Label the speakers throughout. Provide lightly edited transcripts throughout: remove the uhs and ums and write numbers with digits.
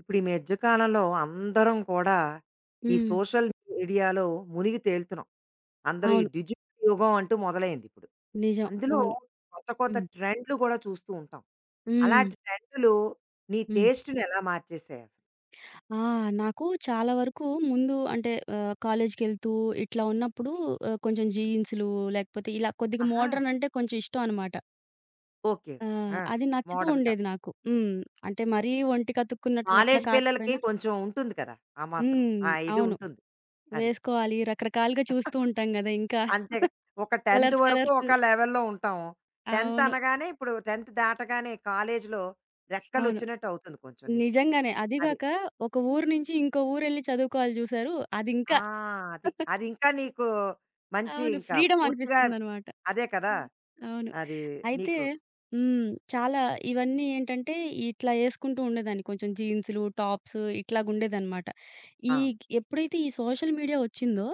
Speaker 1: ఇప్పుడు ఈ మధ్య కాలంలో అందరం కూడా ఈ
Speaker 2: హ్మ్.
Speaker 1: సోషల్ మీడియాలో మునిగి తేలుతున్నాం. అందరూ ఈ
Speaker 2: అవును.
Speaker 1: డిజిటల్ యుగం అంటూ మొదలైంది ఇప్పుడు.
Speaker 2: నిజం.
Speaker 1: అందులో
Speaker 2: అవును.
Speaker 1: కొత్త కొత్త
Speaker 2: హ్మ్.
Speaker 1: ట్రెండ్‌లు కూడా చూస్తూ ఉంటాం.
Speaker 2: హ్మ్.
Speaker 1: అలాంటి ట్రెండ్‌లు నీ
Speaker 2: హ్మ్.
Speaker 1: టేస్ట్‌ని ఎలా మార్చేసాయి అసలు?
Speaker 2: ఆ! నాకు చాలా వరకు ముందు అంటే కాలేజ్‌కెళ్తూ ఇట్లా ఉన్నప్పుడు కొంచెం జీన్స్‌లు లేకపోతే ఇలా కొద్దిగా
Speaker 1: ఆహా!
Speaker 2: మోడ్రన్ అంటే కొంచెం ఇష్టం అనమాట.
Speaker 1: ఓకే.
Speaker 2: ఆ!
Speaker 1: ఓకే. ఆ!
Speaker 2: అది నచ్చుతూ
Speaker 1: మోడర్న్‌గా.
Speaker 2: ఉండేది నాకు. హ్మ్. అంటే మరీ ఒంటికి అతుక్కున్నట్టు అట్లా
Speaker 1: కాలేజీ పిల్లలకి
Speaker 2: కాకపోయినా
Speaker 1: కొంచెం ఉంటుంది కదా! ఆ మాత్రం.
Speaker 2: హ్మ్.
Speaker 1: ఆ ఇది
Speaker 2: అవును.
Speaker 1: ఉంటుంది. అది.
Speaker 2: వేసుకోవాలి రకరకాలుగా చూస్తూ ఉంటాం గదా! ఇంకా
Speaker 1: అంతే కదా! ఒక 10థ్
Speaker 2: కలర్స్
Speaker 1: వరకు
Speaker 2: కలర్స్
Speaker 1: ఒక లెవెల్‌లో ఉంటాం. 10థ్
Speaker 2: అవును.
Speaker 1: అనగానే ఇప్పుడు 10థ్ దాటగానే కాలేజీలో
Speaker 2: అవును.
Speaker 1: రెక్కలొచ్చినట్టు అవుతుంది కొంచెం నీకు.
Speaker 2: నిజంగానే.
Speaker 1: అది.
Speaker 2: అదీగాక ఒక ఊరు నుంచి ఇంకో ఊరెళ్లి చదువుకోవాలి జూసారు
Speaker 1: ఆ!
Speaker 2: అదింకా
Speaker 1: అది. అది ఇంకా నీకు మంచి
Speaker 2: అవును.
Speaker 1: ఇంకా
Speaker 2: ఫ్రీడమ్
Speaker 1: పూర్తిగా
Speaker 2: అనిపిస్తుందనమాట.
Speaker 1: అదే కదా!
Speaker 2: హ్మ్. అవును.
Speaker 1: అది
Speaker 2: అయితే
Speaker 1: నీకు
Speaker 2: హ్మ్. చాలా ఇవన్నీ ఏంటంటే, ఇట్లా యేసుకుంటూ ఉండేదాన్ని. కొంచెం జీన్స్‌లు, టాప్స్ ఇట్లాగుండేదనమాట. ఈ
Speaker 1: ఆ!
Speaker 2: ఎప్పుడైతే ఈ సోషల్ మీడియా వచ్చిందో,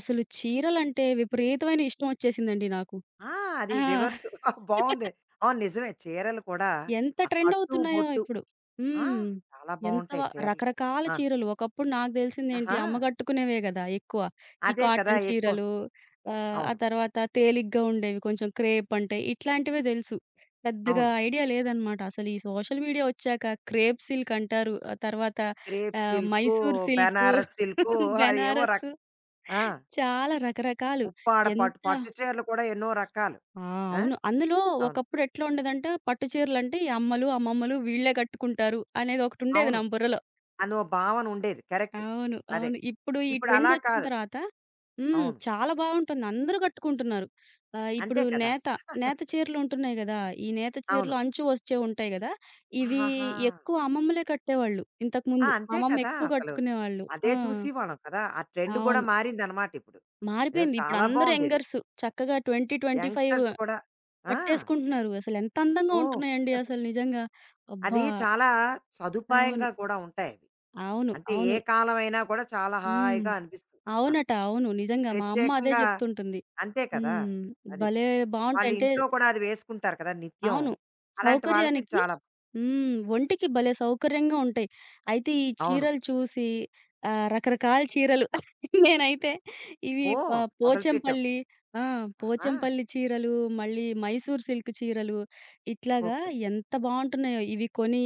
Speaker 2: అసలు చీరలంటే విపరీతమైన ఇష్టం ఒచ్చేసిందండి నాకు.
Speaker 1: ఆ! అది
Speaker 2: ఆ!
Speaker 1: రివర్సు బావుంది. అవును నిజమే. చీరలు కూడా
Speaker 2: ఎంత
Speaker 1: ఆ
Speaker 2: ట్రెండ్
Speaker 1: కట్టు,
Speaker 2: అవుతున్నాయో
Speaker 1: బొట్టు
Speaker 2: ఇప్పుడు.
Speaker 1: ఆ!
Speaker 2: హ్మ్.
Speaker 1: చాలా
Speaker 2: ఎంత వ
Speaker 1: బావుంటాయి చీరలు.
Speaker 2: రకరకాల
Speaker 1: ఆ!
Speaker 2: చీరలు. ఒకప్పుడు నాకు తెలిసిందేంటి
Speaker 1: ఆహా!
Speaker 2: అమ్మ కట్టుకునేవే గదా! ఎక్కువ. ఈ
Speaker 1: అదే కదా!
Speaker 2: కాటన్
Speaker 1: ఎక్కువ.
Speaker 2: చీరలు ఆ
Speaker 1: అవును.
Speaker 2: తర్వాత తేలిగ్గా ఉండేవి కొంచెం క్రేప్ అంటే ఇట్లాంటివే తెలుసు. పెద్దగా
Speaker 1: అవును.
Speaker 2: ఐడియా లేదనమాట. అసలు ఈ సోషల్ మీడియా వచ్చాక క్రేప్ సిల్క్ అంటారు. ఆ తర్వాత
Speaker 1: crepe silk,
Speaker 2: Mysore silk,
Speaker 1: Benaras silk అది ఏవో రక
Speaker 2: బెనారస్
Speaker 1: ఆ!
Speaker 2: చాలా రకరకాలు.
Speaker 1: ఉప్పాడ పట్టు
Speaker 2: ఎంత
Speaker 1: పట్టు చీరలు కూడా ఎన్నో రకాలు.
Speaker 2: ఆ!
Speaker 1: ఆ!
Speaker 2: అవును. అందులో
Speaker 1: అవును.
Speaker 2: ఒకప్పుడు ఎట్లా ఉండేదంటే పట్టు చీరలంటే ఈ అమ్మలు, అమ్మమ్మలు వీళ్ళే కట్టుకుంటారు అనేది ఒకటుండేది
Speaker 1: అవును.
Speaker 2: నా బుర్రలో.
Speaker 1: అనో భావన ఉండేది. కరెక్ట్.
Speaker 2: అవును.
Speaker 1: అదే.
Speaker 2: అవును. ఇప్పుడు ఈ
Speaker 1: ఇప్పుడు
Speaker 2: ట్రెండ్
Speaker 1: అలా
Speaker 2: వచ్చిన
Speaker 1: కాదు.
Speaker 2: తర్వాత హ్మ్.
Speaker 1: అవును.
Speaker 2: చాలా బావుంటుంది. అందరూ కట్టుకుంటున్నారు. ఇప్పుడు
Speaker 1: అంతే కదా!
Speaker 2: నేత, నేత చీరలు ఉంటున్నాయి గదా! ఈ నేత చీరలు
Speaker 1: అవును.
Speaker 2: అంచు వచ్చేవి ఉంటాయి గదా! ఇవి
Speaker 1: ఆహాహా!
Speaker 2: ఎక్కువ అమ్మమ్మలే కట్టేవాళ్ళు.
Speaker 1: ఆ!
Speaker 2: ఇంతకుముందు మా
Speaker 1: అంతే
Speaker 2: అమ్మమ్మ
Speaker 1: కదా!
Speaker 2: ఎక్కువ
Speaker 1: అసలు.
Speaker 2: కట్టుకునేవాళ్ళు. ఆ!
Speaker 1: అదే చూసేవాళ్ళం కదా! ఆ ట్రెండ్ కూడా
Speaker 2: అవును.
Speaker 1: మారిందనమాట ఇప్పుడు. ఏదో
Speaker 2: మారిపోయింది. ఇప్పుడు
Speaker 1: చాలా
Speaker 2: అందరూ
Speaker 1: బావుందిది.
Speaker 2: యంగర్స్ చక్కగా 20, 25
Speaker 1: యంగ్‌స్టర్స్ కూడా ఆ!
Speaker 2: కట్టేసుకుంటున్నారు. అసలెంత అందంగా
Speaker 1: ఓహ్!
Speaker 2: ఉంటున్నాయండి అసలు నిజంగా. అబ్బా!
Speaker 1: అది చాలా
Speaker 2: అవును.
Speaker 1: సదుపాయంగా కూడా ఉంటాయవి.
Speaker 2: అవును.
Speaker 1: అంటే
Speaker 2: అవును.
Speaker 1: ఏ కాలమైనా కూడా చాలా
Speaker 2: హ్మ్.
Speaker 1: హాయిగా అనిపిస్తుంది
Speaker 2: అవునట.
Speaker 1: మనకి.
Speaker 2: అవును. నిజంగా మా అమ్మ అదే
Speaker 1: ప్రత్యేకంగా
Speaker 2: జెప్తుంటుంది.
Speaker 1: అంతే కదా!
Speaker 2: హ్మ్.
Speaker 1: అది. అది.
Speaker 2: భలే బావుంటాయి.
Speaker 1: వాళ్ళు
Speaker 2: అంటే
Speaker 1: ఇంట్లో కూడా అది వేసుకుంటారు కదా! నిత్యం.
Speaker 2: అవును.
Speaker 1: అలాంటి వాళ్ళకి ఇది
Speaker 2: సౌకర్యానికి
Speaker 1: చాలా బా-
Speaker 2: హ్మ్. ఒంటికి భలే సౌకర్యంగా ఉంటాయి. అయితే ఈ
Speaker 1: అవును.
Speaker 2: చీరలు చూసి రకరకాల చీరలు నేనైతే ఇవి ప
Speaker 1: ఓహ్! మొదలుపెట్టావు.
Speaker 2: పోచంపల్లి ఆ!
Speaker 1: ఆహా!
Speaker 2: పోచంపల్లి చీరలు, మళ్ళీ మైసూర్ సిల్క్ చీరలు ఇట్లాగా
Speaker 1: ఓకే.
Speaker 2: ఎంత బావుంటున్నాయో ఇవి కొని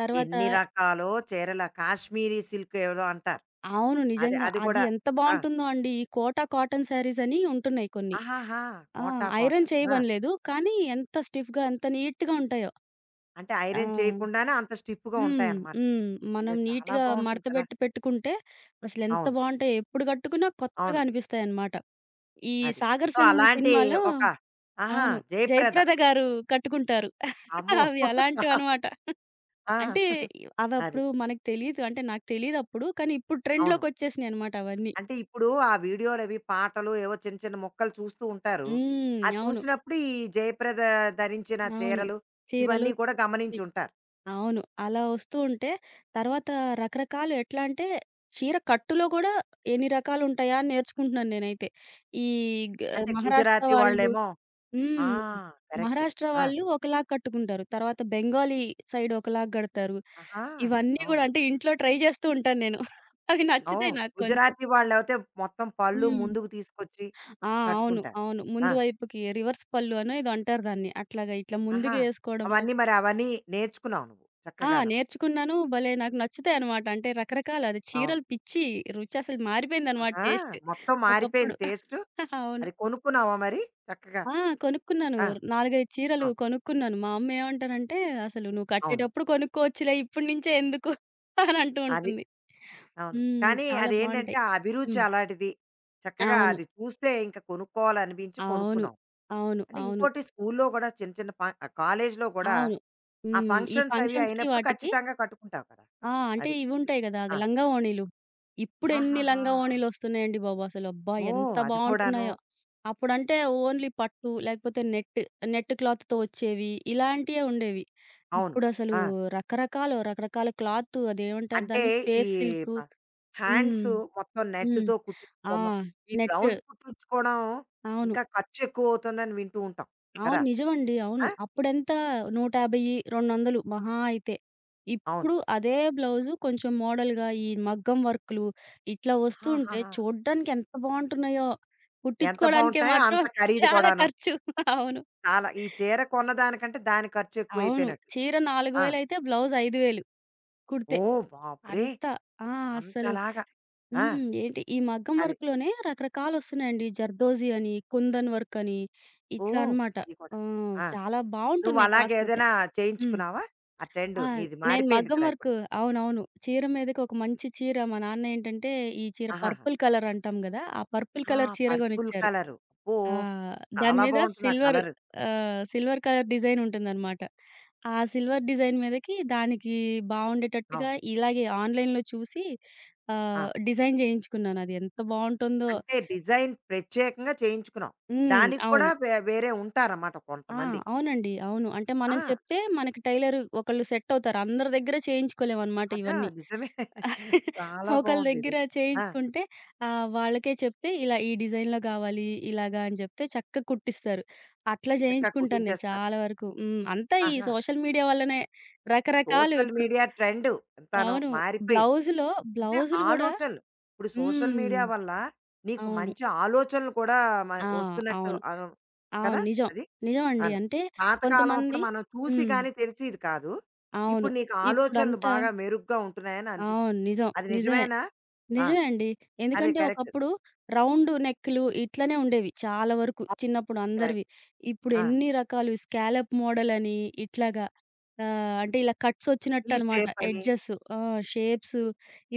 Speaker 2: తర్వాత
Speaker 1: ఎన్ని రకాలో చీరల కాశ్మీరీ సిల్క్ ఏదో అంటారు.
Speaker 2: అవును.
Speaker 1: అది
Speaker 2: నిజంగా.
Speaker 1: అది
Speaker 2: అది
Speaker 1: కూడా
Speaker 2: ఎంత
Speaker 1: ఆ!
Speaker 2: బావుంటుందో అండి. ఈ కోటా కాటన్ శారీస్ అని ఉంటున్నాయి కొన్ని.
Speaker 1: ఆహాహా!
Speaker 2: ఆ!
Speaker 1: Kota
Speaker 2: iron
Speaker 1: cotton. ఆ!
Speaker 2: చేయమనలేదు. కానీ ఎంత స్టిఫ్‌గా ఎంత నీట్‌గా ఉంటాయో.
Speaker 1: అంటే
Speaker 2: ఆ!
Speaker 1: ఐరన్ చేయకుండానే అంత స్టిఫ్‌గా
Speaker 2: హ్మ్.
Speaker 1: ఉంటాయన్నమాట.
Speaker 2: హ్మ్. మనం
Speaker 1: ఇది చాలా
Speaker 2: నీట్‌గా
Speaker 1: బావుంటుంది కదా!
Speaker 2: మడతబెట్టి పెట్టుకుంటే అసలెంత
Speaker 1: అవును.
Speaker 2: బావుంటాయో ఎప్పుడు కట్టుకున్నా కొత్తగా
Speaker 1: అవును.
Speaker 2: అనిపిస్తాయన్నమాట. ఈ
Speaker 1: అది.
Speaker 2: 'సాగర్
Speaker 1: సో,
Speaker 2: సంగమం'
Speaker 1: అలాంటి
Speaker 2: సినిమాలో
Speaker 1: ఒక ఆహా!
Speaker 2: అవును.
Speaker 1: జయప్రద.
Speaker 2: జయప్రద గారు కట్టుకుంటారు.
Speaker 1: అమ్మో!
Speaker 2: అవి
Speaker 1: చాలా
Speaker 2: అలాంటివన్నమాట.
Speaker 1: ఆ!
Speaker 2: అంటే
Speaker 1: అది.
Speaker 2: అవప్పుడు మనకు తెలీదు. అంటే నాకు తెలీదప్పుడు. కానీ ఇప్పుడు
Speaker 1: అవును.
Speaker 2: ట్రెండ్‌లోకొచ్చేసినాయన్నమాట అవన్నీ.
Speaker 1: అంటే ఇప్పుడు ఆ వీడియోలవి, పాటలు ఏవో చిన్న చిన్న ముక్కలు చూస్తూ ఉంటారు.
Speaker 2: హ్మ్.
Speaker 1: అది
Speaker 2: అవును.
Speaker 1: చూసినప్పుడు ఈ జయప్రద ధరించిన
Speaker 2: అవును.
Speaker 1: చీరలు
Speaker 2: చీరలు
Speaker 1: ఇవన్నీ కూడా గమనించుంటారు.
Speaker 2: అవును. అలా వస్తూ ఉంటే, తర్వాత రకరకాలు ఎట్లా అంటే, చీర కట్టులో గూడా ఎన్ని రకాలుంటాయా అని నేర్చుకుంటున్నాను నేనైతే. ఈ గ ఓహ్!
Speaker 1: అంటే
Speaker 2: మహారాష్ట్ర
Speaker 1: గుజరాతీ
Speaker 2: వాళ్ళు
Speaker 1: వాళ్ళేమో ఆ!
Speaker 2: హ్మ్.
Speaker 1: కరెక్ట్.
Speaker 2: మహారాష్ట్ర
Speaker 1: ఆ!
Speaker 2: వాళ్ళు ఒకలాగా కట్టుకుంటారు. తర్వాత బెంగాలీ సైడ్ ఒకలాగా గడతారు.
Speaker 1: ఆహా!
Speaker 2: ఇవన్నీ
Speaker 1: ఓహ్!
Speaker 2: గూడా అంటే ఇంట్లో ట్రై చేస్తూ ఉంటాను నేను. అవి నచ్చుతాయి
Speaker 1: ఓహ్!
Speaker 2: నాకు కొంచెం.
Speaker 1: గుజరాతీ వాళ్ళైతే మొత్తం పళ్ళు
Speaker 2: హ్మ్.
Speaker 1: ముందుకు తీసుకొచ్చి
Speaker 2: ఆ! అవును.
Speaker 1: కట్టుకుంటారు.
Speaker 2: అవును. ముందు
Speaker 1: ఆ!
Speaker 2: వైపుకి రివర్స్ పళ్ళు అనో ఏదో అంటారు దాన్ని. అట్లాగా ఇట్లా
Speaker 1: ఆహా!
Speaker 2: ముందుకి ఏసుకోవడము
Speaker 1: అవన్నీ మరి అవన్నీ నేర్చుకున్నావు నువ్వు
Speaker 2: ఆ!
Speaker 1: చక్కగాను.
Speaker 2: నేర్చుకున్నాను. భలే నాకు నచ్చుతాయనమాట. అంటే రకరకాల అది
Speaker 1: అవును.
Speaker 2: చీరలు పిచ్చి రుచి అసలు మారిపోయిందనమాట
Speaker 1: ఆహా!
Speaker 2: టేస్ట్
Speaker 1: మొత్తం
Speaker 2: ఒకప్పుడు.
Speaker 1: మారిపోయింది టేస్టు.
Speaker 2: అవును.
Speaker 1: అది కొనుక్కున్నావా మరి చక్కగా?
Speaker 2: ఆ! కొనుక్కున్నాను.
Speaker 1: ఆ!
Speaker 2: 4, 5 చీరలు
Speaker 1: అవును.
Speaker 2: కొనుక్కున్నాను. మా అమ్మ ఏమంటారంటే, "అసలు నువ్వు
Speaker 1: అవును.
Speaker 2: కట్టేటప్పుడు కొనుక్కోవచ్చులే ఇప్పటి నుంచే ఎందుకు" అని అంటూ
Speaker 1: అది.
Speaker 2: ఉంటుంది.
Speaker 1: అవును.
Speaker 2: హ్మ్.
Speaker 1: కానీ
Speaker 2: చాలా
Speaker 1: అదేంటంటే,
Speaker 2: బావుంటాయి.
Speaker 1: ఆ అభిరుచి
Speaker 2: హ్మ్.
Speaker 1: అలాంటిది. చక్కగా
Speaker 2: అవును.
Speaker 1: అది చూస్తే ఇంక కొనుక్కోవాలనిపించి
Speaker 2: అవును.
Speaker 1: కొనుక్కున్నావు.
Speaker 2: అవును. అవును.
Speaker 1: అంటే
Speaker 2: అవును.
Speaker 1: ఇంకోటి స్కూల్లో గూడా చిన్న చిన్న ఫ ఆహ్, కాలేజీలో గూడా
Speaker 2: అవును.
Speaker 1: ఆ
Speaker 2: హ్మ్. ఈ
Speaker 1: ఫంక్షన్స్ అవి
Speaker 2: ఫంక్షన్స్‌కి
Speaker 1: అయినప్పుడు
Speaker 2: వాటికి
Speaker 1: ఖచ్చితంగా కట్టుకుంటావు కదా!
Speaker 2: ఆ! అంటే
Speaker 1: అది.
Speaker 2: ఇవుంటాయి గదా!
Speaker 1: ఆ!
Speaker 2: లంగా ఓణీలు. ఇప్పుడెన్ని
Speaker 1: ఆహాహా!
Speaker 2: లంగా ఓణీలొస్తున్నాయండి బాబు అసలు. అబ్బా! ఎంత
Speaker 1: ఓహ్! అది కూడాను.
Speaker 2: బావుంటున్నాయో. అప్పుడంటే ఓన్లీ పట్టు లేకపోతే నెట్, నెట్ క్లాత్‌తో వచ్చేవి. ఇలాంటియే ఉండేవి.
Speaker 1: అవును.
Speaker 2: ఇప్పుడసలు
Speaker 1: ఆ!
Speaker 2: రకరకాలు, రకరకాల క్లాత్ అదేమంటారు
Speaker 1: అంటే
Speaker 2: దాన్ని?
Speaker 1: ఈ
Speaker 2: స్పేస్ సిల్క్.
Speaker 1: ప
Speaker 2: హ్మ్.
Speaker 1: హ్యాండ్స్ మొత్తం
Speaker 2: హ్మ్.
Speaker 1: నెట్‌తో
Speaker 2: ఆ!
Speaker 1: కుట్టించుకోవడం. ఈ
Speaker 2: నెట్.
Speaker 1: బ్లౌజ్ కుట్టించుకోవడం
Speaker 2: అవును.
Speaker 1: ఇంకా ఖర్చు ఎక్కువవుతుందని వింటూ ఉంటాం
Speaker 2: అవును.
Speaker 1: కదా!
Speaker 2: నిజమండి. అవును.
Speaker 1: ఆ!
Speaker 2: అప్పుడెంత 150, 200 మహా అయితే.
Speaker 1: అవును.
Speaker 2: ఇప్పుడు అదే బ్లౌజు కొంచెం మోడల్‌గా ఈ మగ్గం వర్కులు ఇట్లా వస్తూ ఉంటే
Speaker 1: ఆహాహాహా!
Speaker 2: చూడ్డానికి ఎంత బావుంటున్నాయో.
Speaker 1: ఎంత
Speaker 2: కుట్టించుకోవడానికే
Speaker 1: బావుంటాయో
Speaker 2: మాత్రం
Speaker 1: అంత ఖరీదు
Speaker 2: చాలా
Speaker 1: కూడాను.
Speaker 2: ఖర్చు. అవును.
Speaker 1: చాలా. ఈ చీర కొన్నదానికంటే దాని ఖర్చు
Speaker 2: అవును.
Speaker 1: ఎక్కువైపోయినట్టు.
Speaker 2: చీర
Speaker 1: ఆ!
Speaker 2: 4,000 అయితే బ్లౌజ్ 5,000 కుడితే.
Speaker 1: ఓహ్! బాబోయ్!
Speaker 2: అంత ఆ! అస్సలు
Speaker 1: అంతలాగా. ఆ!
Speaker 2: హ్మ్. ఏంటి ఈ మగ్గం
Speaker 1: అది.
Speaker 2: వర్క్‌లోనే రకరకాలొస్తున్నాయండి. జర్దోజీ అని, కుందన్ వర్క్ అని ఇట్లా
Speaker 1: ఓహ్!
Speaker 2: అన్నమాట.
Speaker 1: అది కూడా.
Speaker 2: ఆ!
Speaker 1: ఆ!
Speaker 2: చాలా బావుంటున్నాయి కాకపోతే.
Speaker 1: నువ్వలాగేదైనా
Speaker 2: హ్మ్.
Speaker 1: చేయించుకున్నావా? ఆ ట్రెండు
Speaker 2: ఆ!
Speaker 1: నీది
Speaker 2: నేను
Speaker 1: మారిపోయింది
Speaker 2: మగ్గం
Speaker 1: కదా!
Speaker 2: వర్క్
Speaker 1: ఇప్పుడు.
Speaker 2: అవునవును. చీర మీదకి ఒక మంచి చీర మా నాన్న ఏంటంటే, ఈ చీర
Speaker 1: ఆహాహా!
Speaker 2: పర్పుల్ కలర్ అంటాం గదా! ఆ పర్పుల్
Speaker 1: ఆ!
Speaker 2: కలర్ చీర
Speaker 1: పర్పుల్
Speaker 2: గొనిచ్చారు.
Speaker 1: కలరు. అబ్బో!
Speaker 2: ఆ! దాని
Speaker 1: చాలా
Speaker 2: మీద
Speaker 1: బావుంటుంది ఆ
Speaker 2: silver
Speaker 1: colour.
Speaker 2: Silver colour design ఉంటుందనమాట. ఆ సిల్వర్ డిజైన్ మీదకి దానికి బావుండేటట్టుగా
Speaker 1: అవును.
Speaker 2: ఇలాగే ఆన్‌లైన్‌లో చూసి
Speaker 1: ఆ!
Speaker 2: డిజైన్ జేయించుకున్నాను. అది ఎంత బావుంటుందో
Speaker 1: అంటే డిజైన్ ప్రత్యేకంగా చేయించుకున్నాం.
Speaker 2: హ్మ్.
Speaker 1: దానికి కూడా
Speaker 2: అవును.
Speaker 1: వేరే ఉంటారన్నమాట
Speaker 2: ఆ!
Speaker 1: కొంతమంది.
Speaker 2: అవునండి. అవును. అంటే మనం
Speaker 1: ఆ!
Speaker 2: చెప్తే మనకి టైలర్ ఒకళ్ళు సెట్ అవుతారు. అందరి దగ్గర చేయించుకోలేమనమాట
Speaker 1: అదా
Speaker 2: ఇవన్నీ.
Speaker 1: నిజమే. చాలా
Speaker 2: ఒకళ్ళ
Speaker 1: బావుందిది.
Speaker 2: దగ్గర
Speaker 1: ఆ!
Speaker 2: చేయించుకుంటే వాళ్ళకే చెప్తే ఇలా ఈ డిజైన్‌లో గావాలి ఇలాగా అని జెప్తే చక్కగా కుట్టిస్తారు. అట్లా
Speaker 1: చక్కగా
Speaker 2: జేయించుకుంటాను నేను
Speaker 1: కుట్టించేస్తారు.
Speaker 2: చాలా వరకు. హ్మ్. అంతా ఈ
Speaker 1: ఆహా!
Speaker 2: సోషల్ మీడియా వల్లనే రకరకాలు
Speaker 1: సోషల్
Speaker 2: ఇప్పుడు
Speaker 1: మీడియా ట్రెండ్ ఎంతానో
Speaker 2: అవును.
Speaker 1: మారిపోయింది.
Speaker 2: బ్లౌజులో
Speaker 1: అంటే
Speaker 2: గూడా
Speaker 1: ఆలోచనలు. ఇప్పుడు సోషల్
Speaker 2: హ్మ్.
Speaker 1: మీడియా వల్ల నీకు
Speaker 2: అవును.
Speaker 1: మంచి ఆలోచనలు కూడా మ
Speaker 2: ఆ!
Speaker 1: వస్తున్నట్టు
Speaker 2: అవును.
Speaker 1: అను
Speaker 2: అవును.
Speaker 1: కదా!
Speaker 2: నిజం.
Speaker 1: అది.
Speaker 2: నిజమండి.
Speaker 1: అవును.
Speaker 2: అంటే
Speaker 1: పాతకాలం
Speaker 2: కొంతమంది
Speaker 1: అప్పుడు మనం చూసి
Speaker 2: హ్మ్.
Speaker 1: గాని తెలిసేది కాదు.
Speaker 2: అవును.
Speaker 1: ఇప్పుడు నీకు ఆలోచనలు
Speaker 2: ఇప్పుడంతా
Speaker 1: బాగా మెరుగ్గా ఉంటున్నాయని
Speaker 2: అవును.
Speaker 1: అనిపిస్తుంది.
Speaker 2: నిజం.
Speaker 1: అది
Speaker 2: నిజమే.
Speaker 1: నిజమేనా? ఆ!
Speaker 2: నిజమే అండి.
Speaker 1: అదే
Speaker 2: ఎందుకంటే
Speaker 1: కరెక్ట్.
Speaker 2: ఒకప్పుడు రౌండ్ నెక్‌లు ఇట్లనే ఉండేవి చాలా వరకు
Speaker 1: అవును.
Speaker 2: చిన్నప్పుడు
Speaker 1: కరెక్ట్.
Speaker 2: అందరివి. ఇప్పుడు
Speaker 1: ఆ!
Speaker 2: ఎన్ని రకాలు స్కాలప్ మోడల్ అని ఇట్లాగా అంటే ఇలా కట్స్
Speaker 1: ఈ
Speaker 2: వచ్చినట్టనమాట
Speaker 1: షేప్ అని
Speaker 2: ఎడ్జెస్ ఆ! షేప్స్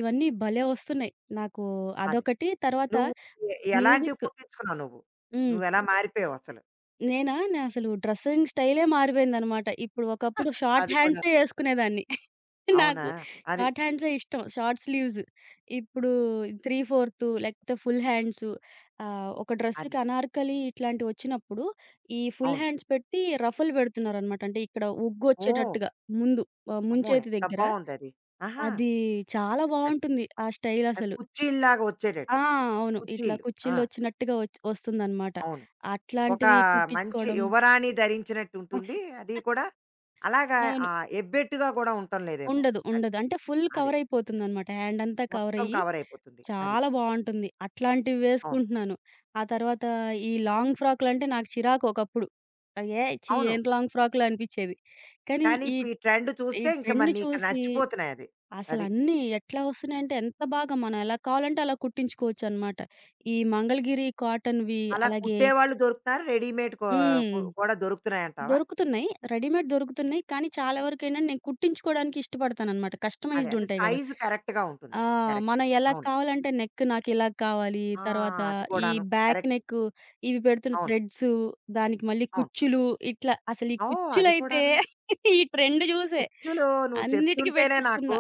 Speaker 2: ఇవన్నీ భలే వస్తున్నాయి. నాకు
Speaker 1: అదే.
Speaker 2: అదొకటి తర్వాత
Speaker 1: నువ్వు ఎలాంటివి
Speaker 2: మ్యూజిక్
Speaker 1: కుట్టించుకున్నావు నువ్వు?
Speaker 2: హ్మ్.
Speaker 1: నువ్వెలా మారిపోయావసలు?
Speaker 2: నేనా నే అసలు డ్రెసింగ్ స్టైలే మారిపోయిందనమాట. ఇప్పుడు ఒకప్పుడు షార్ట్
Speaker 1: అది కూడా.
Speaker 2: హ్యాండ్సే యేసుకునేదాన్ని.
Speaker 1: అవునా?
Speaker 2: నాకు
Speaker 1: అది.
Speaker 2: షార్ట్ హ్యాండ్సే ఇష్టం. Short sleeves. ఇప్పుడు 3/4 లేకపోతే ఫుల్ హ్యాండ్స్ ఒక
Speaker 1: అది.
Speaker 2: డ్రెస్‌కి అనార్కలి ఇట్లాంటివొచ్చినప్పుడు, ఈ ఫుల్
Speaker 1: అవును.
Speaker 2: హ్యాండ్స్ పెట్టి రఫులు పెడుతున్నారనమాట. అంటే ఇక్కడ
Speaker 1: ఓహ్!
Speaker 2: ఒగ్గొచ్చేటట్టుగా ముందు
Speaker 1: అమ్మో!
Speaker 2: ముంచేతి
Speaker 1: ఎంత
Speaker 2: దగ్గర.
Speaker 1: బావుందది. ఆహా!
Speaker 2: అది చాలా
Speaker 1: అది.
Speaker 2: బావుంటుంది ఆ
Speaker 1: అది
Speaker 2: స్టైలసలు.
Speaker 1: కుచ్చిళ్ళలాగా
Speaker 2: ఆ!
Speaker 1: వచ్చేటట్టు.
Speaker 2: అవును. ఇట్లా
Speaker 1: కుచ్చిళ్ళు. ఆ!
Speaker 2: కుచ్చిళ్ళొచ్చినట్టుగా వస్తుందనమాట.
Speaker 1: అవును. ఒక
Speaker 2: అట్లాంటివి
Speaker 1: మంచి
Speaker 2: కుట్టించుకోవడం
Speaker 1: యువరాణి ధరించినట్టు ఉంటుంది. అది కూడా అలాగా
Speaker 2: అవును.
Speaker 1: ఆహ్, ఎబ్బెట్టుగా కూడా ఉండటం లేదేమో.
Speaker 2: ఉండదు.
Speaker 1: అది.
Speaker 2: ఉండదు. అంటే ఫుల్
Speaker 1: అది.
Speaker 2: కవరయిపోతుందనమాట. హ్యాండంతా
Speaker 1: మొత్తం
Speaker 2: కవరయ్యి
Speaker 1: కవర్ అయిపోతుంది. అది.
Speaker 2: చాలా బావుంటుంది. అట్లాంటివి
Speaker 1: అవును.
Speaker 2: వేసుకుంటున్నాను. ఆ తర్వాత ఈ లాంగ్ ఫ్రాకులంటే నాకు చిరాకు ఒకప్పుడు. ఏ ఛీ!
Speaker 1: అవును.
Speaker 2: ఏం లాంగ్ ఫ్రాకులు అనిపిచ్చేది. కానీ
Speaker 1: కానీ
Speaker 2: ఈ
Speaker 1: ఇప్పుడు ఈ ట్రెండ్
Speaker 2: ఈ
Speaker 1: చూస్తే ఇంక
Speaker 2: ట్రెండ్
Speaker 1: మరి నీకు
Speaker 2: చూసి
Speaker 1: నచ్చిపోతున్నాయది. అది. అది
Speaker 2: అసలన్నీ ఎట్లా వస్తున్నాయంటే ఎంత బాగా మనం ఎలా కావాలంటే అలా కుట్టించుకోవచ్చనమాట. ఈ మంగళగిరి కాటన్‌వి
Speaker 1: అలా
Speaker 2: అలాగే
Speaker 1: కుట్టేవాళ్ళు దొరుకుతున్నారు. రెడీమేడ్ కో
Speaker 2: హ్మ్.
Speaker 1: కూడా దొరుకుతున్నాయంటావా?
Speaker 2: దొరుకుతున్నాయి. రెడీమేడ్ దొరుకుతున్నాయి. కానీ చాలా వరకేంటంటే నేను కుట్టించుకోవడానికి ఇష్టపడతాననమాట.
Speaker 1: అదే.
Speaker 2: కస్టమైజ్డ్
Speaker 1: అంటే
Speaker 2: ఉంటాయి గదా!
Speaker 1: సైజు కరెక్ట్‌గా
Speaker 2: ఆ!
Speaker 1: ఉంటుందది. కరెక్ట్.
Speaker 2: మనం ఎలా
Speaker 1: అవును.
Speaker 2: కావాలంటే నెక్ నాకిలా కావాలి.
Speaker 1: ఆ!
Speaker 2: తర్వాత
Speaker 1: అది
Speaker 2: ఈ
Speaker 1: కూడాను.
Speaker 2: Back
Speaker 1: correct.
Speaker 2: నెక్ ఇవి పెడుతున్న
Speaker 1: అవును.
Speaker 2: థ్రెడ్స్, దానికి మళ్ళీ
Speaker 1: అవును.
Speaker 2: కుచ్చులు ఇట్లా అసలు ఈ
Speaker 1: ఓహ్! అది
Speaker 2: కుచ్చులైతే
Speaker 1: కూడాను.
Speaker 2: ఈ ట్రెండ్ జూసే
Speaker 1: కుచ్చులు నువ్వు
Speaker 2: అన్నిటికి
Speaker 1: చెప్తుంటేనే
Speaker 2: పెట్టిస్తున్నా.
Speaker 1: నాకు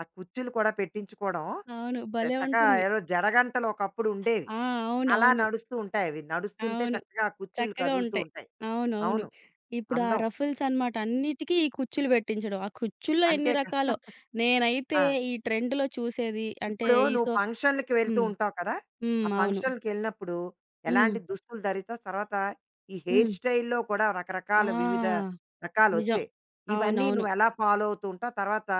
Speaker 1: ఆ కుచ్చులు కూడా పెట్టించుకోవడం.
Speaker 2: అవును.
Speaker 1: చ
Speaker 2: భలే
Speaker 1: చక్కగా
Speaker 2: ఉంటుంది.
Speaker 1: ఏదో జడగంటలు ఒకప్పుడు ఉండేవి.
Speaker 2: ఆ!
Speaker 1: అలా
Speaker 2: అవునవును.
Speaker 1: నడుస్తూ ఉంటాయి అవి. నడుస్తుంటే
Speaker 2: అవును.
Speaker 1: చక్కగా ఆ కుచ్చులు
Speaker 2: చక్కగా
Speaker 1: కదులుతూ
Speaker 2: ఉంటాయి.
Speaker 1: ఉంటాయి.
Speaker 2: అవునవును.
Speaker 1: అవును.
Speaker 2: ఇప్పుడు ఆ
Speaker 1: అందం.
Speaker 2: రఫుల్స్ అన్నమాట. అన్నిటికి ఈ కుచ్చులు పెట్టించడం. ఆ కుచ్చుల్లో ఎన్ని
Speaker 1: అంతే కదా!
Speaker 2: రకాలో. నేనైతే
Speaker 1: ఆ!
Speaker 2: ఈ ట్రెండ్‌లో చూసేది అంటే
Speaker 1: ఇప్పుడు
Speaker 2: ఈ
Speaker 1: నువ్వు
Speaker 2: సో
Speaker 1: ఫంక్షన్‌లకి వెళ్తూ
Speaker 2: హ్మ్.
Speaker 1: ఉంటావు కదా!
Speaker 2: హ్మ్.
Speaker 1: ఆ
Speaker 2: అవును.
Speaker 1: ఫంక్షన్‌లకెళ్ళినప్పుడు
Speaker 2: హ్మ్.
Speaker 1: ఎలాంటి దుస్తులు ధరిస్తావు? తర్వాత ఈ హెయిర్
Speaker 2: హ్మ్.
Speaker 1: స్టైల్‌లో కూడా
Speaker 2: ఆ!
Speaker 1: రకరకాల వివిధ
Speaker 2: నిజం.
Speaker 1: రకాలొచ్చాయి. ఇవన్నీ
Speaker 2: అవునవును.
Speaker 1: నువ్వు ఎలా ఫాలో అవుతూ ఉంటావు? తర్వాత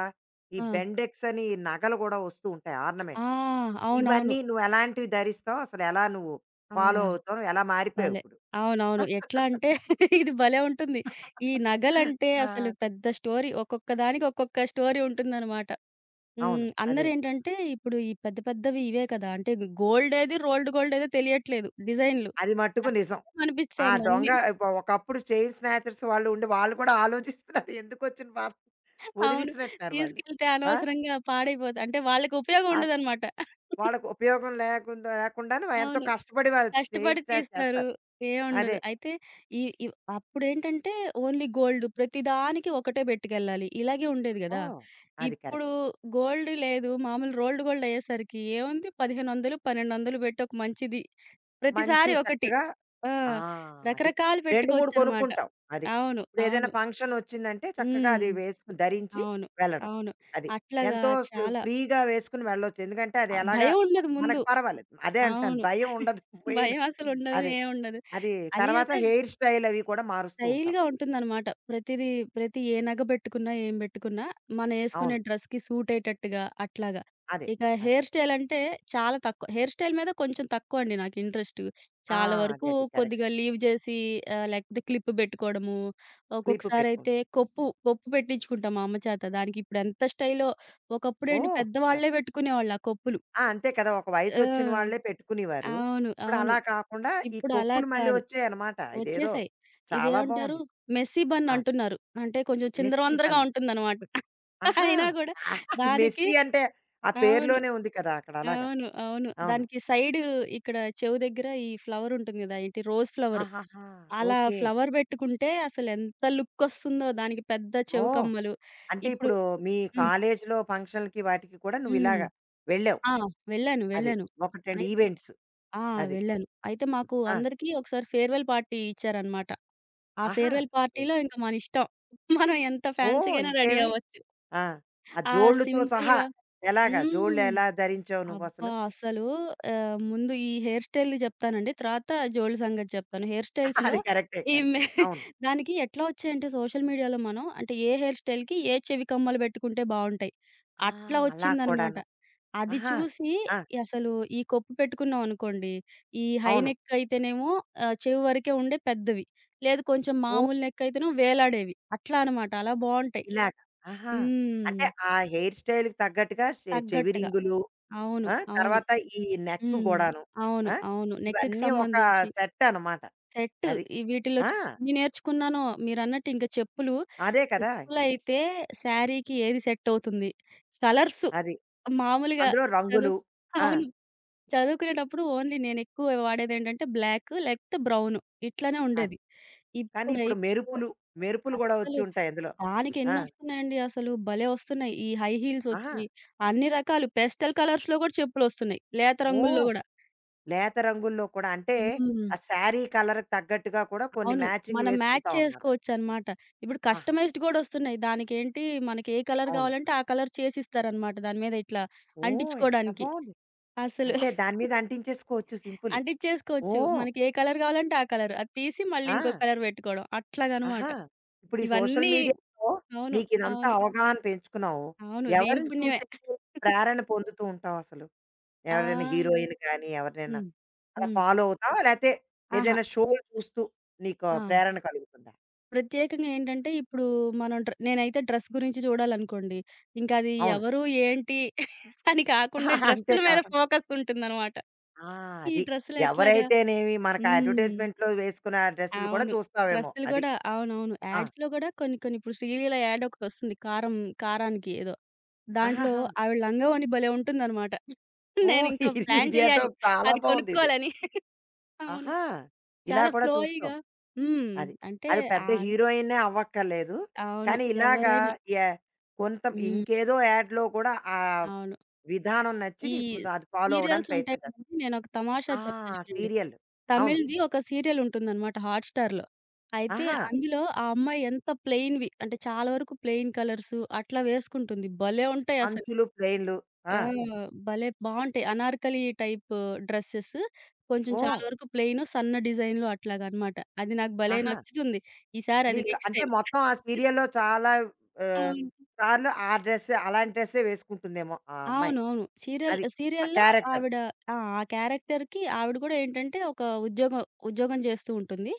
Speaker 1: ఈ
Speaker 2: ఆ!
Speaker 1: బెండెక్స్ అని ఈ నగలు గూడా వస్తూ ఉంటాయి
Speaker 2: ఆ!
Speaker 1: ఆర్నమెంట్స్.
Speaker 2: అవునవును.
Speaker 1: ఇవన్నీ నువ్వు ఎలాంటివి ధరిస్తావు? అసలు ఎలా నువ్వు
Speaker 2: ఆ!
Speaker 1: ఫాలో అవుతావు? ఎలా మారిపోయావు
Speaker 2: భలే!
Speaker 1: ఇప్పుడు?
Speaker 2: అవునవును. ఎట్లా అంటే ఇది భలే ఉంటుంది. ఈ నగలంటే
Speaker 1: ఆ!
Speaker 2: అసలు
Speaker 1: అదే.
Speaker 2: పెద్ద స్టోరీ. ఒక్కొక్క దానికి ఒక్కొక్క స్టోరీ ఉంటుందనమాట.
Speaker 1: అవును.
Speaker 2: హ్మ్.
Speaker 1: అదే.
Speaker 2: అందరేంటంటే ఇప్పుడు ఈ పెద్ద పెద్దవి ఇవే కదా! అంటే గోల్డ్ ఏది, రోల్డ్ గోల్డ్ ఏదో తెలియట్లేదు డిజైన్‌లు.
Speaker 1: అది
Speaker 2: ఆ
Speaker 1: మట్టుకు నిజం.
Speaker 2: సేమ్
Speaker 1: ఆ
Speaker 2: అనిపిస్తోంది
Speaker 1: దొంగ
Speaker 2: అన్నీ.
Speaker 1: ఇప్పు ఒకప్పుడు చైన్ స్నాచర్స్ వాళ్ళు ఉండి వాళ్ళు కూడా ఆలోచిస్తున్నారు. ఎందుకొచ్చిన వార్త
Speaker 2: అవును.
Speaker 1: వదిలేసినట్టున్నారు వాళ్ళు.
Speaker 2: తీసుకెళ్తే
Speaker 1: ఆ!
Speaker 2: అనవసరంగా పాడైపోతాయి. అంటే వాళ్ళకి ఉపయోగం
Speaker 1: ఆహ్,
Speaker 2: ఉండదనమాట.
Speaker 1: వాళ్ళకి ఉపయోగం లేకుండాను ఎంతో
Speaker 2: అవును.
Speaker 1: కష్టపడి వాళ్ళు చైన్
Speaker 2: కష్టపడి
Speaker 1: స్నాచ్
Speaker 2: తీస్తారు.
Speaker 1: చేస్తారు.
Speaker 2: ఏముండదు.
Speaker 1: అదే కదా!
Speaker 2: అయితే ఈ ఇవ్ అప్పుడేంటంటే ఓన్లీ గోల్డ్ ప్రతిదానికి ఒకటే పెట్టుకెళ్ళాలి. ఇలాగే ఉండేది గదా!
Speaker 1: ఓహ్! అది
Speaker 2: ఇప్పుడు
Speaker 1: కరెక్ట్.
Speaker 2: గోల్డ్ లేదు. మామూలు రోల్డ్ గోల్డ్ అయ్యేసరికి ఏముంది 1,500, 1,200 పెట్టి ఒక మంచిది.
Speaker 1: మంచి
Speaker 2: ప్రతిసారి ఒకటి.
Speaker 1: చక్కగా
Speaker 2: ఆ!
Speaker 1: ఆ! అది.
Speaker 2: రకరకాలు
Speaker 1: 2, 3
Speaker 2: పెట్టుకోవచ్చనమాట.
Speaker 1: కొనుక్కుంటాం. అది.
Speaker 2: అవును.
Speaker 1: ఇప్పుడేదైనా
Speaker 2: అవును.
Speaker 1: ఫంక్షన్ వచ్చిందంటే చక్కగా
Speaker 2: హ్మ్.
Speaker 1: అది వేసుకొని ధరించి
Speaker 2: అవును.
Speaker 1: వెళ్ళడం.
Speaker 2: అవును.
Speaker 1: అది.
Speaker 2: అట్లాగా
Speaker 1: ఎంతో స్
Speaker 2: చాలా
Speaker 1: ఫ్రీగా వేసుకొని వెళ్ళొచ్చు. ఎందుకంటే అది ఎలాగా
Speaker 2: భయం ఉండదు ముందు.
Speaker 1: మనకు పర్వాలేదు. అదే అంటున్నాను
Speaker 2: అవును.
Speaker 1: భయం ఉండదు మెయిన్.
Speaker 2: భయం అసలుండదు.
Speaker 1: అదే.
Speaker 2: ఏముండదు.
Speaker 1: అది
Speaker 2: అది
Speaker 1: తర్వాత
Speaker 2: గాక
Speaker 1: హెయిర్ స్టైల్ అవి కూడా మారుస్తూ ఉంటాం.
Speaker 2: స్టైల్‌గా ఉంటుందనమాట. ప్రతిదీ ప్రతి ఏ నగ బెట్టుకున్నా, ఏం బెట్టుకున్నా మనయేసుకునే
Speaker 1: అవును.
Speaker 2: డ్రెస్‌కి సూటయ్యేటట్టుగా అట్లాగా.
Speaker 1: అదే.
Speaker 2: ఇక
Speaker 1: అదే.
Speaker 2: హెయిర్ స్టైల్ అంటే చాలా తక్కువ. హెయిర్ స్టైల్ మీద కొంచెం తక్కువండి నాకు ఇంట్రెస్టు.
Speaker 1: ఆ!
Speaker 2: చాలా
Speaker 1: అదే.
Speaker 2: వరకు
Speaker 1: అది
Speaker 2: కొద్దిగా
Speaker 1: కరెక్టే.
Speaker 2: లీవ్ జేసి లేకపోతే క్లిప్ బెట్టుకోవడము,
Speaker 1: క్లిప్ పెట్టుకుంటాం.
Speaker 2: ఒక్కొక్కసారయితే కొప్పు, కొప్పు పెట్టించుకుంటా మా అమ్మ చేత. దానికిప్పుడెంత స్టైలో. ఒకప్పుడేంటి
Speaker 1: ఓహ్! ఆ!
Speaker 2: పెద్దవాళ్ళే బెట్టుకునేవాళ్ళు ఆ కొప్పులు.
Speaker 1: అంతే కదా! ఒక
Speaker 2: ఆ!
Speaker 1: వయసొచ్చిన వాళ్ళే పెట్టుకునేవారు.
Speaker 2: అవును.
Speaker 1: ఇప్పుడు
Speaker 2: అవును.
Speaker 1: అలా కాకుండా ఈ
Speaker 2: ఇప్పుడు అలా
Speaker 1: కొప్పులు మళ్ళీ
Speaker 2: కాదు.
Speaker 1: వచ్చాయన్నమాట. ఇదేదో
Speaker 2: వచ్చేసాయి.
Speaker 1: చాలా
Speaker 2: ఇదేమంటారు
Speaker 1: బావుంది.
Speaker 2: మెస్సీ బన్
Speaker 1: ఆ!
Speaker 2: అంటున్నారు. అంటే కొంచెం
Speaker 1: మెస్సీ
Speaker 2: చిందరవందరగా
Speaker 1: బన్.
Speaker 2: ఉంటుందనమాట.
Speaker 1: ఆహా!
Speaker 2: అయినా గూడా
Speaker 1: ఆహా, అది
Speaker 2: దానికి
Speaker 1: మెస్సీ అంటే ఆ
Speaker 2: అవును.
Speaker 1: పేరులోనే ఉంది కదా! అక్కడ అలాగా.
Speaker 2: అవును. అవును.
Speaker 1: అవును.
Speaker 2: దానికి సైడు ఇక్కడ చెవు దగ్గర ఈ ఫ్లవర్ ఉంటుంది గదా! ఏంటి రోజ్ ఫ్లవరు.
Speaker 1: ఆహాహా!
Speaker 2: అలా
Speaker 1: ఓకే.
Speaker 2: ఫ్లవర్ బెట్టుకుంటే అసలెంత లుక్కొస్తుందో దానికి పెద్ద చెవు
Speaker 1: ఓహ్!
Speaker 2: కమ్మలు.
Speaker 1: అంటే
Speaker 2: ఇప్పుడు
Speaker 1: ఇప్పుడు మీ
Speaker 2: హ్మ్.
Speaker 1: కాలేజీలో ఫంక్షన్‌లకి వాటికి కూడా నువ్వు
Speaker 2: హ్మ్.
Speaker 1: ఇలాగా వెళ్ళావు.
Speaker 2: ఆ! వెళ్ళాను.
Speaker 1: అది.
Speaker 2: వెళ్ళాను.
Speaker 1: 1, 2
Speaker 2: అయితే
Speaker 1: ఈవెంట్స్.
Speaker 2: ఆ!
Speaker 1: అది.
Speaker 2: వెళ్ళాను. అయితే మాకు
Speaker 1: ఆ!
Speaker 2: అందరికీ ఒకసారి ఫేర్‌వెల్ పార్టీ ఇచ్చారనమాట. ఆ
Speaker 1: ఆహా!
Speaker 2: ఫేర్‌వెల్
Speaker 1: హ్మ్.
Speaker 2: పార్టీలో ఇంక మనిష్టం. మనం ఎంత
Speaker 1: ఓహ్!
Speaker 2: ఫ్యాన్సీ‌గైనా రెడీ
Speaker 1: ఇంకేమి?
Speaker 2: అవ్వచ్చు.
Speaker 1: ఆ! ఆ
Speaker 2: ఆ
Speaker 1: జోళ్ళుతో సహా
Speaker 2: సింపుల్‌గా
Speaker 1: ఎలాగా? జోళ్ళు
Speaker 2: హ్మ్.
Speaker 1: ఎలా ధరించావు
Speaker 2: అబ్బా!
Speaker 1: నువ్వసలు?
Speaker 2: అసలు ముందు ఈ హెయిర్ స్టైల్‌ది చెప్తానండి. తర్వాత జోళ్ళు సంగతి చెప్తాను. హెయిర్ స్టైల్స్‌లో
Speaker 1: అది కరెక్టే.
Speaker 2: ఈ మె
Speaker 1: కరెక్టే. అవును.
Speaker 2: దానికి ఎట్లా వచ్చాయంటే సోషల్ మీడియాలో మనం అంటే ఏ హెయిర్ స్టైల్‌కి ఏ చెవి కమ్మలు పెట్టుకుంటే బావుంటాయి.
Speaker 1: ఆ!
Speaker 2: అట్లా
Speaker 1: అలా
Speaker 2: వచ్చిందనమాట.
Speaker 1: కూడాను.
Speaker 2: అది
Speaker 1: ఆహా!
Speaker 2: చూసి
Speaker 1: ఆ!
Speaker 2: అసలు ఈ కొప్పు పెట్టుకున్నామనుకోండి, ఈ హై
Speaker 1: అవును.
Speaker 2: నెక్ అయితేనేమో చెవి వరకే ఉండే పెద్దవి. లేదు కొంచెం
Speaker 1: ఓహ్!
Speaker 2: మామూలు నెక్ అయితేనేమో వేలాడేవి. అట్లా అనమాట. అలా బావుంటాయి.
Speaker 1: ఇలాగ. ఆహా!
Speaker 2: హ్మ్.
Speaker 1: అంటే ఆ హెయిర్ స్టైల్‌కి తగ్గట్టుగా చెవి
Speaker 2: తగ్గట్టుగా.
Speaker 1: రింగులు,
Speaker 2: అవును.
Speaker 1: ఆ!
Speaker 2: అవును.
Speaker 1: తర్వాత ఈ నెక్
Speaker 2: హ్మ్.
Speaker 1: గూడాను.
Speaker 2: అవును.
Speaker 1: ఆ!
Speaker 2: అవును. నెక్‌కి
Speaker 1: ఇవన్నీ ఒక
Speaker 2: సంబంధించి.
Speaker 1: సెట్ అనమాట.
Speaker 2: సెట్
Speaker 1: అది.
Speaker 2: ఈ వీటిలో
Speaker 1: ఆ!
Speaker 2: చూ- ఎన్ని నేర్చుకున్నానో మీరన్నట్టు ఇంక చెప్పులు.
Speaker 1: అదే కదా! ఇంకా.
Speaker 2: చెప్పులైతే శారీకి ఏది సెట్ అవుతుంది. కలర్స్
Speaker 1: అది.
Speaker 2: మామూలుగా
Speaker 1: అందులో
Speaker 2: చదువు
Speaker 1: రంగులు. ఆ!
Speaker 2: అవును. చదువుకునేటప్పుడు ఓన్లీ నేనెక్కువ వాడేదేంటంటే బ్లాక్ లేకపోతే బ్రౌను. ఇట్లనే
Speaker 1: అది.
Speaker 2: ఉండేది.
Speaker 1: కానీ ఇప్పుడు
Speaker 2: ఇప్పుడైతే
Speaker 1: మెరుపులు, మెరుపులు గూడా వచ్చి
Speaker 2: అస్సలు
Speaker 1: ఉంటాయి అందులో. ఆ!
Speaker 2: దానికెన్నొస్తున్నాయండి అసలు భలే వస్తున్నాయి. ఈ హై
Speaker 1: ఆహా!
Speaker 2: హీల్సొచ్చి అన్ని రకాలు పేస్టల్ కలర్స్‌లో గూడా చెప్పులొస్తున్నాయి. లేత రంగుల్లో
Speaker 1: ఓహ్!
Speaker 2: గూడా.
Speaker 1: లేత రంగుల్లో కూడా అంటే,
Speaker 2: హ్మ్.
Speaker 1: ఆ శారీ కలర్‌కి తగ్గట్టుగా కూడా కొన్ని
Speaker 2: అవును.
Speaker 1: మ్యాచింగ్
Speaker 2: మనం మ్యాచ్
Speaker 1: వేసుకుంటావనమాట.
Speaker 2: చేసుకోవచ్చనమాట. ఇప్పుడు
Speaker 1: ఆహా!
Speaker 2: కస్టమైజ్డ్ గూడొస్తున్నాయి. దానికేంటి మనకి ఏ కలర్
Speaker 1: అవును.
Speaker 2: గావాలంటే ఆ కలర్ చేసిస్తారనమాట. దాని మీద ఇట్లా
Speaker 1: ఓహ్! ఎంత
Speaker 2: అంటించుకోడానికి.
Speaker 1: బావుంది.
Speaker 2: అసలు
Speaker 1: అంటే దాని మీద అంటించేసుకోవచ్చు సింపుల్.
Speaker 2: అంటిచ్చేసుకోవచ్చు.
Speaker 1: ఓహ్!
Speaker 2: మనకి ఏ కలర్ గావాలంటే ఆ కలర్. అది తీసి మళ్ళీ ఇంకో
Speaker 1: ఆ!
Speaker 2: కలర్ పెట్టుకోవడం. అట్లాగనమాట.
Speaker 1: ఆహా! ఇప్పుడు ఈ సోషల్
Speaker 2: ఇవన్నీ
Speaker 1: మీడియాలో
Speaker 2: అవును.
Speaker 1: నీకిదంతా
Speaker 2: అవును.
Speaker 1: అవగాహన పెంచుకున్నావు.
Speaker 2: అవును. దీని
Speaker 1: ఎవరిని
Speaker 2: పుణ్యమే.
Speaker 1: చూసి ఎక్కువ ప్రేరణ పొందుతూ ఉంటావసలు?
Speaker 2: ఆ!
Speaker 1: ఎవరైనా హీరోయిన్ కానీ, ఎవరినైనా?
Speaker 2: హ్మ్.
Speaker 1: అలా
Speaker 2: హ్మ్.
Speaker 1: ఫాలో అవుతావా? లేతే
Speaker 2: ఆహా!
Speaker 1: ఏదైనా షోలు చూస్తూ నీకు
Speaker 2: ఆ!
Speaker 1: ప్రేరణ కలుగుతుందా?
Speaker 2: ప్రత్యేకంగా ఏంటంటే ఇప్పుడు మనం డ్ర నేనైతే డ్రెస్ గురించి చూడాలనుకోండి. ఇంకా అది
Speaker 1: అవును.
Speaker 2: ఎవరు? ఏంటి? అని కాకుండా
Speaker 1: అంతే
Speaker 2: డ్రెస్సుల మీద
Speaker 1: కాకుండా
Speaker 2: ఫోకస్ ఉంటుందనమాట.
Speaker 1: ఆ!
Speaker 2: ఈ
Speaker 1: అది.
Speaker 2: డ్రెస్సులు ఎట్లాగా
Speaker 1: ఎవరైతేనేమి మనకు ఆ
Speaker 2: హ్మ్.
Speaker 1: అడ్వర్‌టైజ్‌మెంట్‌లో వేసుకున్న ఆ డ్రెస్సులు కూడా
Speaker 2: అవును.
Speaker 1: చూస్తావేమో
Speaker 2: డ్రెస్సులు
Speaker 1: అది.
Speaker 2: గూడా అవునవును.
Speaker 1: ఆ!
Speaker 2: యాడ్స్‌లో గూడా కొన్ని కొన్ని ఇప్పుడు 'శ్రీలీల' యాడ్ ఒకటొస్తుంది. కారం కారానికి ఏదో. దాంట్లో
Speaker 1: ఆహాహా!
Speaker 2: ఆవిడ లంగావోణి భలే ఉంటుందనమాట.
Speaker 1: ఓహ్!
Speaker 2: నేనింకా
Speaker 1: ఇది
Speaker 2: ప్లాన్
Speaker 1: ఇదేదో
Speaker 2: చేయాలి.
Speaker 1: చాలా
Speaker 2: అది
Speaker 1: బావుందిది.
Speaker 2: కొనుక్కోవాలని. అవును.
Speaker 1: ఆహా! ఇలా
Speaker 2: చాలా
Speaker 1: కూడా చూస్తావు.
Speaker 2: ఫ్లోయీగా హ్మ్.
Speaker 1: అది.
Speaker 2: అంటే
Speaker 1: అది పెద్ద
Speaker 2: ఆన్
Speaker 1: హీరోయిన్‌నే అవ్వక్కర్లేదు.
Speaker 2: అవును.
Speaker 1: కానీ ఇలాగా
Speaker 2: ఎవరైనా
Speaker 1: య కొంత
Speaker 2: హ్మ్.
Speaker 1: ఇంకేదో యాడ్‌లో కూడా ఆ
Speaker 2: అవును.
Speaker 1: విధానం నచ్చి
Speaker 2: ఈ
Speaker 1: నీకు నువ్వు అది ఫాలో
Speaker 2: సీరియల్స్
Speaker 1: అవ్వడానికి
Speaker 2: ఉంటాయి
Speaker 1: ప్రయత్నం చేస్తావు.
Speaker 2: కదండీ! నేనొక తమాషా
Speaker 1: ఆ!
Speaker 2: చెప్తా చూడండి.
Speaker 1: సీరియల్. అవును.
Speaker 2: తమిళ్‌ది ఒక సీరియల్ ఉంటుందనమాట హాట్‌స్టార్‌లో. అయితే
Speaker 1: ఆహా!
Speaker 2: అందులో ఆ అమ్మాయి ఎంత ప్లెయిన్‌వి అంటే చాలా వరకు ప్లెయిన్ కలర్స్ అట్లా వేసుకుంటుంది. భలే ఉంటాయి అసలు.
Speaker 1: అంచులు, ప్లేన్‌లు.
Speaker 2: ఆ!
Speaker 1: ఆ!
Speaker 2: భలే బావుంటాయి. అనార్కలి టైప్ డ్రెసెస్ కొంచెం చాలా
Speaker 1: ఓహ్!
Speaker 2: వరకు ప్లెయిను, సన్న డిజైన్‌లో అట్లాగనమాట. అది నాకు భలే
Speaker 1: ఆహా!
Speaker 2: నచ్చుతుంది. ఈసారి అది
Speaker 1: నీకు
Speaker 2: నెక్స్ట్
Speaker 1: అంటే
Speaker 2: టైమ్.
Speaker 1: మొత్తం ఆ సీరియల్‌లో చాలా
Speaker 2: ఆ!
Speaker 1: ఆహ్, సార్లు ఆ డ్రెస్సే అలాంటి డ్రెస్సే వేసుకుంటుందేమో ఆ అమ్మాయి.
Speaker 2: అవునవును.
Speaker 1: అది. ఆ
Speaker 2: సీరియల్‌లో
Speaker 1: క్యారెక్టర్.
Speaker 2: ఆవిడ ఆ! ఆ క్యారెక్టర్‌కి ఆవిడ గూడా ఏంటంటే ఒక ఉద్యోగం ఉద్యోగం చేస్తూ ఉంటుంది.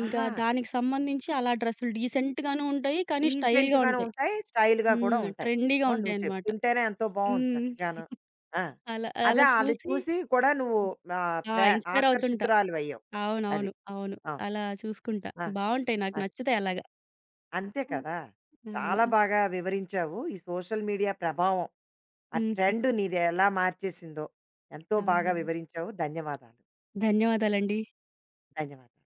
Speaker 2: ఇంకా
Speaker 1: ఆహా!
Speaker 2: దానికి సంబంధించి అలా డ్రెస్సులు డీసెంట్ గాను ఉంటాయి. కానీ స్టైల్‌గా
Speaker 1: డీసెంట్‌గాను
Speaker 2: ఉంటాయి.
Speaker 1: ఉంటాయి. స్టైల్‌గా కూడా
Speaker 2: హ్మ్.
Speaker 1: ఉంటాయి.
Speaker 2: ట్రెండీగా
Speaker 1: ఓహ్! నువ్వు
Speaker 2: ఉంటాయన్నమాట.
Speaker 1: చెప్తుంటేనే ఎంతో బావుంది
Speaker 2: హ్మ్.
Speaker 1: చక్కగాను. ఆ!
Speaker 2: అలా అలా
Speaker 1: అదే అది
Speaker 2: చూసి
Speaker 1: చూసి కూడా నువ్వు ఆహ్,
Speaker 2: ఆ!
Speaker 1: ప్రే
Speaker 2: ఇన్‌స్పైర్ అవుతుంటా.
Speaker 1: ఆకర్షితురాలివయ్యావు. అది.
Speaker 2: అవునవును. అవును.
Speaker 1: అవును.
Speaker 2: అలా చూసుకుంటా.
Speaker 1: ఆ!
Speaker 2: బావుంటాయి. నాకు
Speaker 1: అది.
Speaker 2: నచ్చుతాయి అలాగా.
Speaker 1: అంతే
Speaker 2: అవును.
Speaker 1: కదా!
Speaker 2: హ్మ్. అవునండి.
Speaker 1: చాలా బాగా వివరించావు. ఈ సోషల్ మీడియా ప్రభావం, ఆ ట్రెండ్ నీది ఎలా మార్చేసిందో ఎంతో బాగా వివరించావు. ధన్యవాదాలు.
Speaker 2: ధన్యవాదాలండి.
Speaker 1: ధన్యవాదాలు.